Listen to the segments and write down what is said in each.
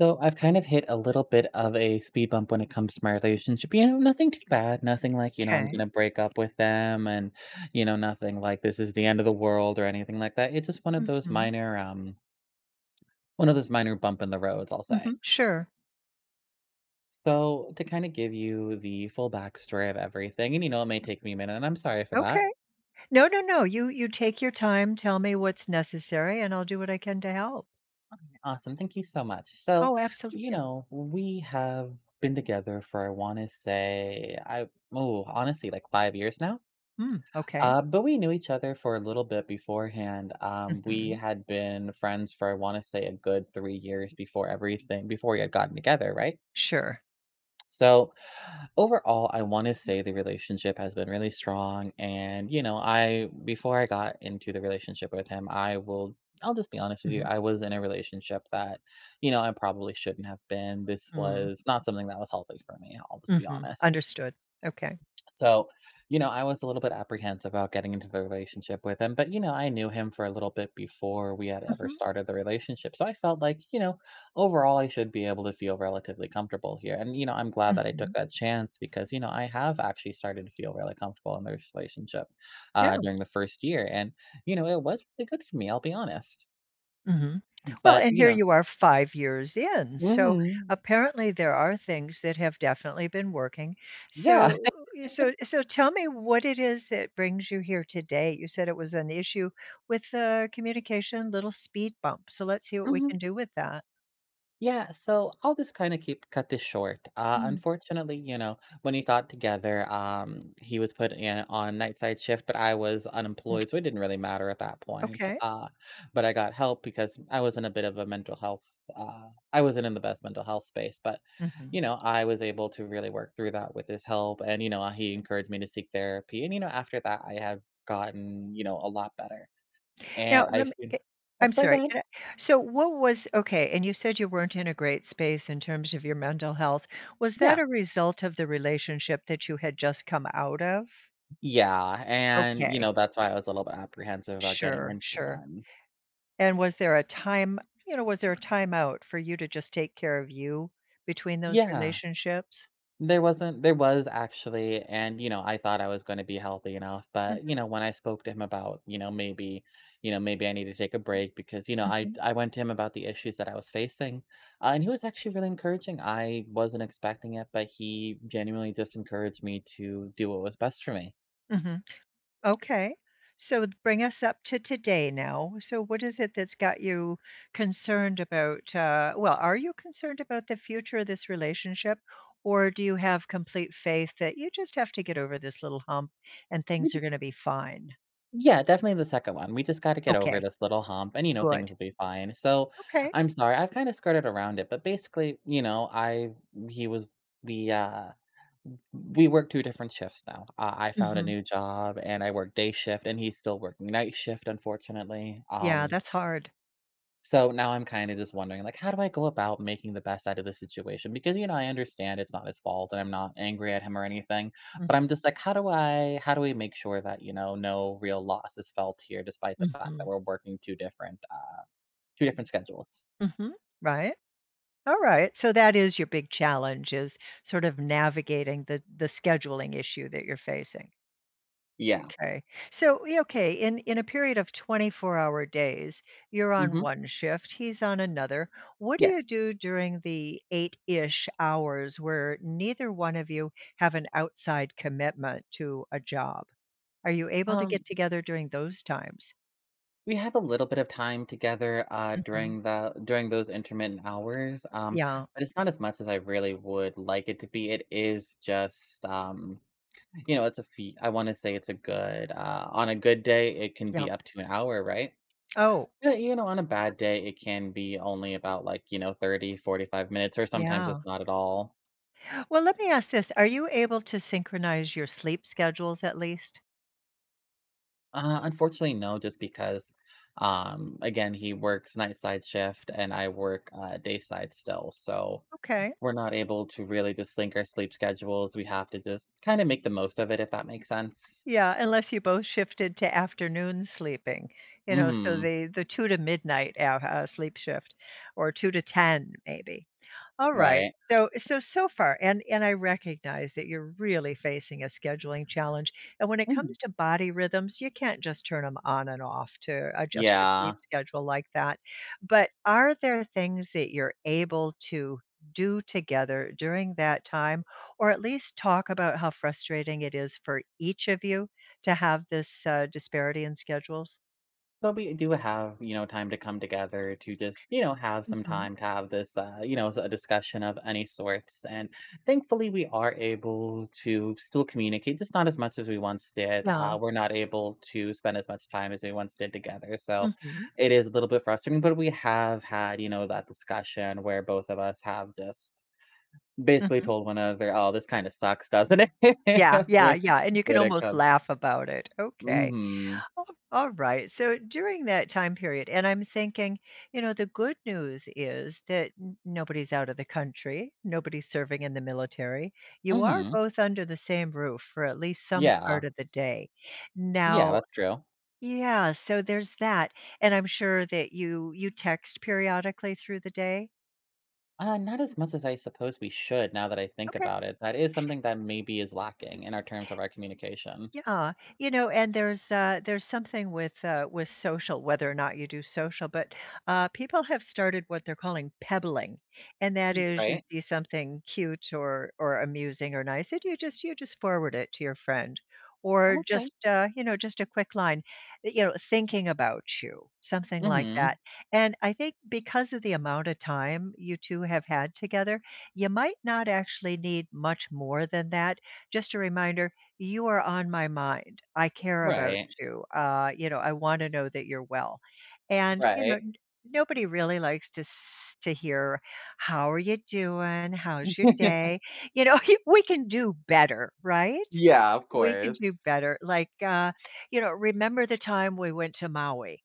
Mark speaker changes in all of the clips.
Speaker 1: So I've kind of hit a little bit of a speed bump when it comes to my relationship. You know, nothing too bad, nothing like, you know, I'm
Speaker 2: Okay.
Speaker 1: gonna break up with them and, you know, nothing like this is the end of the world or anything like that. It's just one of those
Speaker 2: Mhm.
Speaker 1: one of those minor bump in the roads, I'll say.
Speaker 2: Mhm. Sure.
Speaker 1: So to kind of give you the full backstory of everything, and you know, it may take me a minute, and I'm sorry for that.
Speaker 2: Okay. No, no, no. You take your time, tell me what's necessary, and I'll do what I can to help.
Speaker 1: Awesome. Thank you so much. So,
Speaker 2: Oh, absolutely.
Speaker 1: you
Speaker 2: Yeah.
Speaker 1: know, we have been together for I wanna say I oh, honestly, like 5 years now.
Speaker 2: Mm, okay.
Speaker 1: But we knew each other for a little bit beforehand. We
Speaker 2: Mhm.
Speaker 1: had been friends for I want to say a good 3 years before everything, before we had gotten together, right?
Speaker 2: Sure.
Speaker 1: So overall, I want to say the relationship has been really strong. And you know, I before I got into the relationship with him, I will. I'll just be honest with you.
Speaker 2: Mhm.
Speaker 1: I was in a relationship that, you know, I probably shouldn't have been. This
Speaker 2: Mm.
Speaker 1: was not something that was healthy for me. I'll just be
Speaker 2: Mhm.
Speaker 1: honest.
Speaker 2: Understood. Okay.
Speaker 1: So, you know, I was a little bit apprehensive about getting into the relationship with him, but you know, I knew him for a little bit before we had ever
Speaker 2: Mhm.
Speaker 1: started the relationship. So I felt like, you know, overall I should be able to feel relatively comfortable here. And you know, I'm glad that I took
Speaker 2: Mhm.
Speaker 1: that chance because, you know, I have actually started to feel really comfortable in this relationship
Speaker 2: Yeah.
Speaker 1: during the first year, and you know, it was really good for me, I'll be honest.
Speaker 2: Mhm. Well,
Speaker 1: But,
Speaker 2: and
Speaker 1: you
Speaker 2: here
Speaker 1: know,
Speaker 2: you are 5 years in, so
Speaker 1: mhm,
Speaker 2: apparently there are things that have definitely been working. So
Speaker 1: yeah.
Speaker 2: so tell me what it is that brings you here today. You said it was an issue with the communication, little speed bump, so let's see what we can do with that.
Speaker 1: Yeah, so I'll just kind of keep cut this short.
Speaker 2: Mm.
Speaker 1: Unfortunately, you know, when we got together, he was put in on night side shift, but I was
Speaker 2: Mm,
Speaker 1: unemployed, so it didn't really matter at that point.
Speaker 2: okay.
Speaker 1: But I got help because I was in a bit of a mental health. I wasn't in the best mental health space, but
Speaker 2: Mhm.
Speaker 1: you know, I was able to really work through that with his help, and you know, he encouraged me to seek therapy, and you know, after that, I have gotten you know a lot better,
Speaker 2: Now,
Speaker 1: and I.
Speaker 2: let me
Speaker 1: soon-
Speaker 2: eh
Speaker 1: Oh,
Speaker 2: I'm
Speaker 1: sorry, go
Speaker 2: sorry,
Speaker 1: ahead.
Speaker 2: can I So what was okay, and you said you weren't in a great space in terms of your mental health. Was that
Speaker 1: Yeah.
Speaker 2: a result of the relationship that you had just come out of?
Speaker 1: Yeah, and, you
Speaker 2: Okay.
Speaker 1: know, that's why I was a little bit apprehensive about getting
Speaker 2: Sure,
Speaker 1: into
Speaker 2: sure.
Speaker 1: one.
Speaker 2: And was there a time, you know, was there a time out for you to just take care of you between those
Speaker 1: Yeah,
Speaker 2: relationships?
Speaker 1: there wasn't there was actually, and, you know, I thought I was gonna be healthy enough, but,
Speaker 2: Mhm,
Speaker 1: you know, when I spoke to him about, you know, maybe I need to take a break because, you know, I
Speaker 2: mhm,
Speaker 1: I went to him about the issues that I was facing, and he was actually really encouraging. I wasn't expecting it, but he genuinely just encouraged me to do what was best for me.
Speaker 2: mhm. Okay. So bring us up to today now. So what is it that's got you concerned about well, are you concerned about the future of this relationship or do you have complete faith that you just have to get over this little hump and
Speaker 1: We
Speaker 2: things are
Speaker 1: just
Speaker 2: going to be fine?
Speaker 1: Yeah, definitely the second one. We just gotta get over
Speaker 2: Okay.
Speaker 1: this little hump and, you know, things
Speaker 2: Good.
Speaker 1: will be fine. So,
Speaker 2: Okay.
Speaker 1: I'm sorry, I've kinda skirted around it, but basically, you know, I he was we, uh we work 2 different shifts now. I found a
Speaker 2: Mhm.
Speaker 1: new job and I work day shift and he's still working night shift, unfortunately.
Speaker 2: Yeah, that's hard.
Speaker 1: So now I'm kind of just wondering, like, how do I go about making the best out of the situation? Because you know, I understand it's not his fault, and I'm not angry at him or anything. But I'm
Speaker 2: Mhm.
Speaker 1: just like, how do we make sure that you know, no real loss is felt here, despite the fact that
Speaker 2: Mhm.
Speaker 1: we're working two different schedules?
Speaker 2: Mhm. Right? All right. So that is your big challenge is sort of navigating the scheduling issue that you're facing.
Speaker 1: Yeah.
Speaker 2: Okay. So, y okay, in a period of 24-hour days, you're on
Speaker 1: Hmm.
Speaker 2: one shift, he's on another. What do you
Speaker 1: Yes.
Speaker 2: do during the 8-ish hours where neither one of you have an outside commitment to a job? Are you able to get
Speaker 1: Um,
Speaker 2: together during those times?
Speaker 1: we have a little bit of time together
Speaker 2: Mhm.
Speaker 1: during those intermittent hours,
Speaker 2: Yeah,
Speaker 1: but it's not as much as I really would like it to be. It is just You know, it's a feat. I wanna say it's a good, on a good day, it can
Speaker 2: yeah.
Speaker 1: be up to an hour, right?
Speaker 2: Oh,
Speaker 1: Yeah, you know, on a bad day, it can be only about, like, you know, 30, 45 minutes, or sometimes
Speaker 2: yeah.
Speaker 1: it's not at all.
Speaker 2: Well, let me ask this, are you able to synchronize your sleep schedules at least?
Speaker 1: Unfortunately, no, just because, again, he works night side shift and I work, day side still, so
Speaker 2: Okay.
Speaker 1: we're not able to really just sync our sleep schedules, we have to just kinda make the most of it, if that makes sense.
Speaker 2: Yeah, unless you both shifted to afternoon sleeping, you know, so
Speaker 1: Mhm.
Speaker 2: the 2 to midnight ou sleep shift or 2 to 10 maybe. All right.
Speaker 1: Right.
Speaker 2: So far, and I recognize that you're really facing a scheduling challenge, and when it
Speaker 1: Mhm.
Speaker 2: comes to body rhythms, you can't just turn them on and off to adjust your sleep
Speaker 1: Yeah.
Speaker 2: schedule like that. But are there things that you're able to do together during that time, or at least talk about how frustrating it is for each of you to have this, disparity in schedules?
Speaker 1: But we do have, you know, time to come together to just,
Speaker 2: Okay.
Speaker 1: you know, have some
Speaker 2: Mhm.
Speaker 1: time to have this, you know, a discussion of any sorts. And thankfully, we are able to still communicate, just not as much as we once did.
Speaker 2: Yeah.
Speaker 1: We're not able to spend as much time as we once did together. So
Speaker 2: Mhm.
Speaker 1: it is a little bit frustrating, but we have had, you know, that discussion where both of us have just basically
Speaker 2: Mhm.
Speaker 1: told one another, oh, this kind of sucks, doesn't it?
Speaker 2: Yeah, yeah,
Speaker 1: With
Speaker 2: yeah, and you can
Speaker 1: when it
Speaker 2: almost
Speaker 1: comes.
Speaker 2: laugh about it.
Speaker 1: Mm
Speaker 2: Okay.
Speaker 1: hmm.
Speaker 2: Al Alright, so during that time period and I'm thinking, you know, the good news is that n nobody's out of the country, nobody's serving in the military. You
Speaker 1: Mm
Speaker 2: are
Speaker 1: hmm.
Speaker 2: both under the same roof for at least some part
Speaker 1: Yeah.
Speaker 2: of the day.
Speaker 1: Yeah,
Speaker 2: Now,
Speaker 1: that's true.
Speaker 2: yeah, so there's that, and I'm sure that you text periodically through the day?
Speaker 1: Not as much as I suppose we should now that I think
Speaker 2: Okay.
Speaker 1: about it. That is something that maybe is lacking in our terms of our communication,
Speaker 2: Yeah, you know, and there's something with social, whether or not you do social, but people have started what they're calling pebbling, and that is you
Speaker 1: right?
Speaker 2: see something cute or amusing or nice, and you just forward it to your friend, or
Speaker 1: Okay.
Speaker 2: just you know, just a quick line, you know, thinking about you, something like that.
Speaker 1: Mhm.
Speaker 2: And I think because of the amount of time you two have had together, you might not actually need much more than that. Just a reminder, you are on my mind. I care about
Speaker 1: Right.
Speaker 2: you. You know, I want to know that you're well. And, you know,
Speaker 1: Right.
Speaker 2: nobody really likes to to hear, how are you doing? How's your day? You know, we can do better, right?
Speaker 1: Yeah, of
Speaker 2: We can do
Speaker 1: course.
Speaker 2: better. Like you know, remember the time we went to Maui?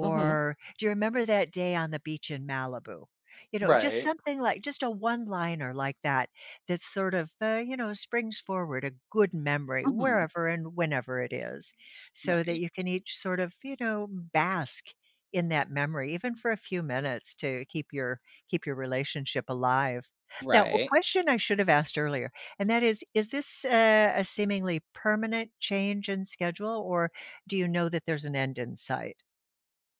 Speaker 1: Mhm.
Speaker 2: do you remember that day on the beach in Malibu? You know, just
Speaker 1: Right.
Speaker 2: something like just a one liner like that that sort of, you know, springs forward a good memory
Speaker 1: Mhm.
Speaker 2: wherever and whenever it is, so that
Speaker 1: Right.
Speaker 2: you can each sort of, you know, bask in that memory, even for a few minutes to keep your relationship alive. Now, a
Speaker 1: Right.
Speaker 2: question I should have asked earlier, and that is this a seemingly permanent change in schedule, or do you know that there's an end in sight?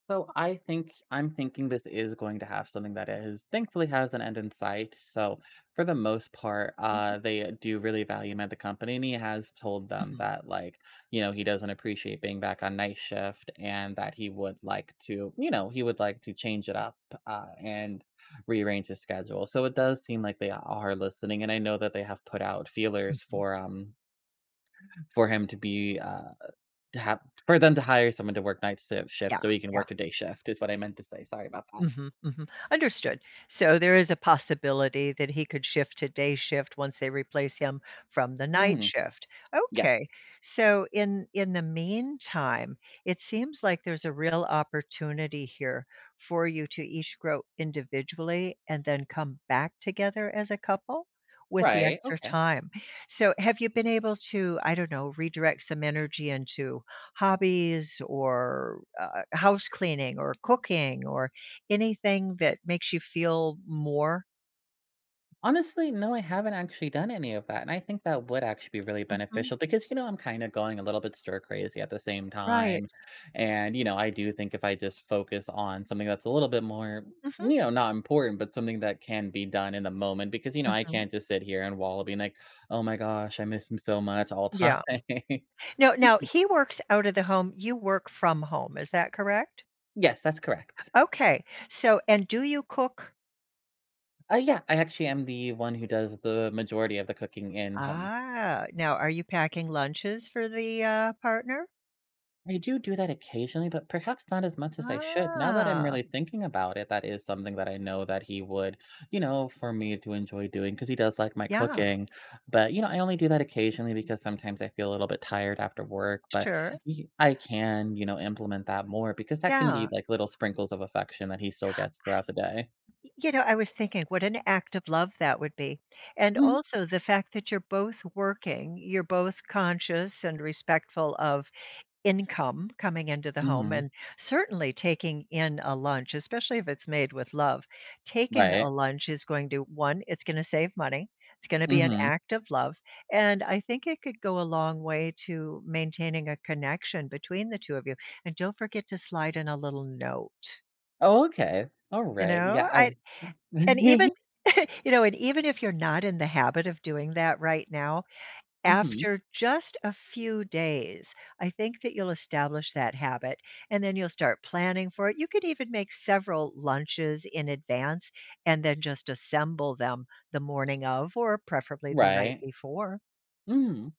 Speaker 1: So I'm thinking this is going to have something that is thankfully has an end in sight. So for the most part,
Speaker 2: Mhm,
Speaker 1: they do really value him at the company, and he has told them
Speaker 2: mhm,
Speaker 1: that like you know he doesn't appreciate being back on night shift, and that he would like to you know he would like to change it up, and rearrange his schedule. So it does seem like they are listening, and I know that they have put out feelers
Speaker 2: mhm.
Speaker 1: for him to be to have for them to hire someone to work night si shift so he can
Speaker 2: Yeah.
Speaker 1: work a day shift is what I meant to say, sorry about that.
Speaker 2: Mhm, mhm. Understood. So there is a possibility that he could shift to day shift once they replace him from the night
Speaker 1: Mhm.
Speaker 2: shift. Okay.
Speaker 1: Yes.
Speaker 2: So in the meantime, it seems like there's a real opportunity here for you to each grow individually and then come back together as a couple with the
Speaker 1: Right,
Speaker 2: extra
Speaker 1: okay.
Speaker 2: time. So have you been able to, I don't know, redirect some energy into hobbies or house cleaning or cooking or anything that makes you feel more?
Speaker 1: Honestly, no, I haven't actually done any of that, and I think that would actually be really
Speaker 2: Mhm.
Speaker 1: beneficial because, you know, I'm kinda going a little bit stir crazy at the same
Speaker 2: Right.
Speaker 1: time, and, you know, I do think if I just focus on something that's a little bit more,
Speaker 2: Mhm.
Speaker 1: you know, not important, but something that can be done in the moment because, you know, I
Speaker 2: Mhm.
Speaker 1: can't just sit here and wallow being like, "Oh my gosh, I miss him so much all time."
Speaker 2: Yeah. Now he works out of the home, you work from home, is that correct?
Speaker 1: Yes, that's correct.
Speaker 2: Okay. So and do you cook?
Speaker 1: Yeah, I actually am the one who does the majority of the cooking in home.
Speaker 2: Ah, now are you packing lunches for the, partner?
Speaker 1: I do do that occasionally, but perhaps not as much as I should. Now that I'm
Speaker 2: Ah,
Speaker 1: really thinking about it, that is something that I know that he would, you know, for me to enjoy doing because he does like my
Speaker 2: yeah,
Speaker 1: cooking. But, you know, I only do that occasionally because sometimes I feel a little bit tired after work. But
Speaker 2: sure.
Speaker 1: I can, you know, implement that more because that can
Speaker 2: Yeah.
Speaker 1: be like little sprinkles of affection that he still gets throughout the day.
Speaker 2: Y You know, I was thinking what an act of love that would be. And
Speaker 1: Mm-hmm.
Speaker 2: also the fact that you're both working, you're both conscious and respectful of income coming into the home
Speaker 1: Mm-hmm.
Speaker 2: and certainly taking in a lunch, especially if it's made with love. Taking
Speaker 1: Right.
Speaker 2: a lunch is going to, one, it's going to save money. It's going to be an
Speaker 1: Mm-hmm.
Speaker 2: act of love. And I think it could go a long way to maintaining a connection between the two of you. And don't forget to slide in a little note,
Speaker 1: Oh, okay. All
Speaker 2: you
Speaker 1: right.
Speaker 2: know?
Speaker 1: Yeah, I
Speaker 2: I, and even, you know, and even if you're not in the habit of doing that right now,
Speaker 1: Mhm.
Speaker 2: after just a few days, I think that you'll establish that habit, and then you'll start planning for it. You could even make several lunches in advance and then just assemble them the morning of, or preferably the night
Speaker 1: Right.
Speaker 2: before.
Speaker 1: Mm.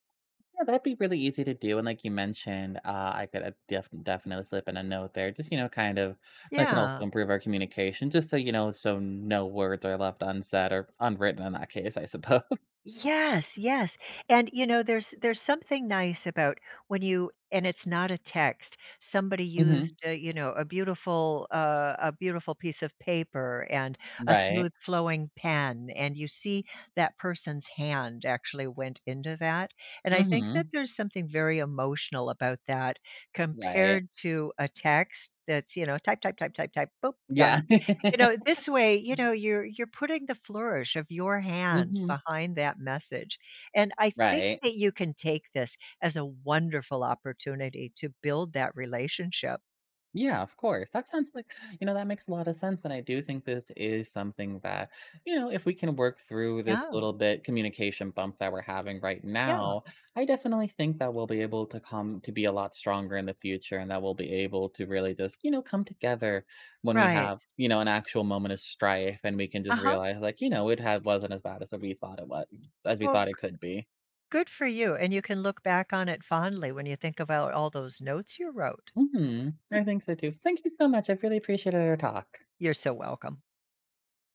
Speaker 1: Yeah, that'd be really easy to do, and like you mentioned, I could definitely slip in a note there. Just you know, kind of that can
Speaker 2: Yeah.
Speaker 1: also improve our communication, just so you know, so no words are left unsaid or unwritten in that case, I suppose.
Speaker 2: Yes, yes. And you know, there's something nice about when you and it's not a text. Somebody
Speaker 1: Hmm.
Speaker 2: used, you know, a beautiful piece of paper and a
Speaker 1: Right.
Speaker 2: smooth flowing pen, and you see that person's hand actually went into that. And I think that
Speaker 1: Hmm.
Speaker 2: there's something very emotional about that
Speaker 1: Right.
Speaker 2: compared to a text that's, you know, type, type, type, type, type, boop, done.
Speaker 1: Yeah.
Speaker 2: You know, this way, you know, you're putting the flourish of your hand
Speaker 1: Hmm.
Speaker 2: behind that message, and I think
Speaker 1: Right.
Speaker 2: that you can take this as a wonderful opportunity to build that relationship.
Speaker 1: Yeah, of course. That sounds like, you know, that makes a lot of sense. And I do think this is something that, you know, if we can work through this
Speaker 2: Yeah,
Speaker 1: little bit communication bump that we're having right
Speaker 2: yeah,
Speaker 1: now, I definitely think that we'll be able to come to be a lot stronger in the future and that we'll be able to really just, you know, come together when we
Speaker 2: right.
Speaker 1: have, you know, an actual moment of strife and we can just
Speaker 2: Uh-huh.
Speaker 1: realize like, you know, it had wasn't as bad as we thought it was, as we
Speaker 2: Well,
Speaker 1: thought
Speaker 2: g
Speaker 1: it could be.
Speaker 2: good for you, and you can look back on it fondly when you think about all those notes you wrote.
Speaker 1: Hmm. I think so too. Thank you so much. I've really appreciated our talk.
Speaker 2: You're so welcome.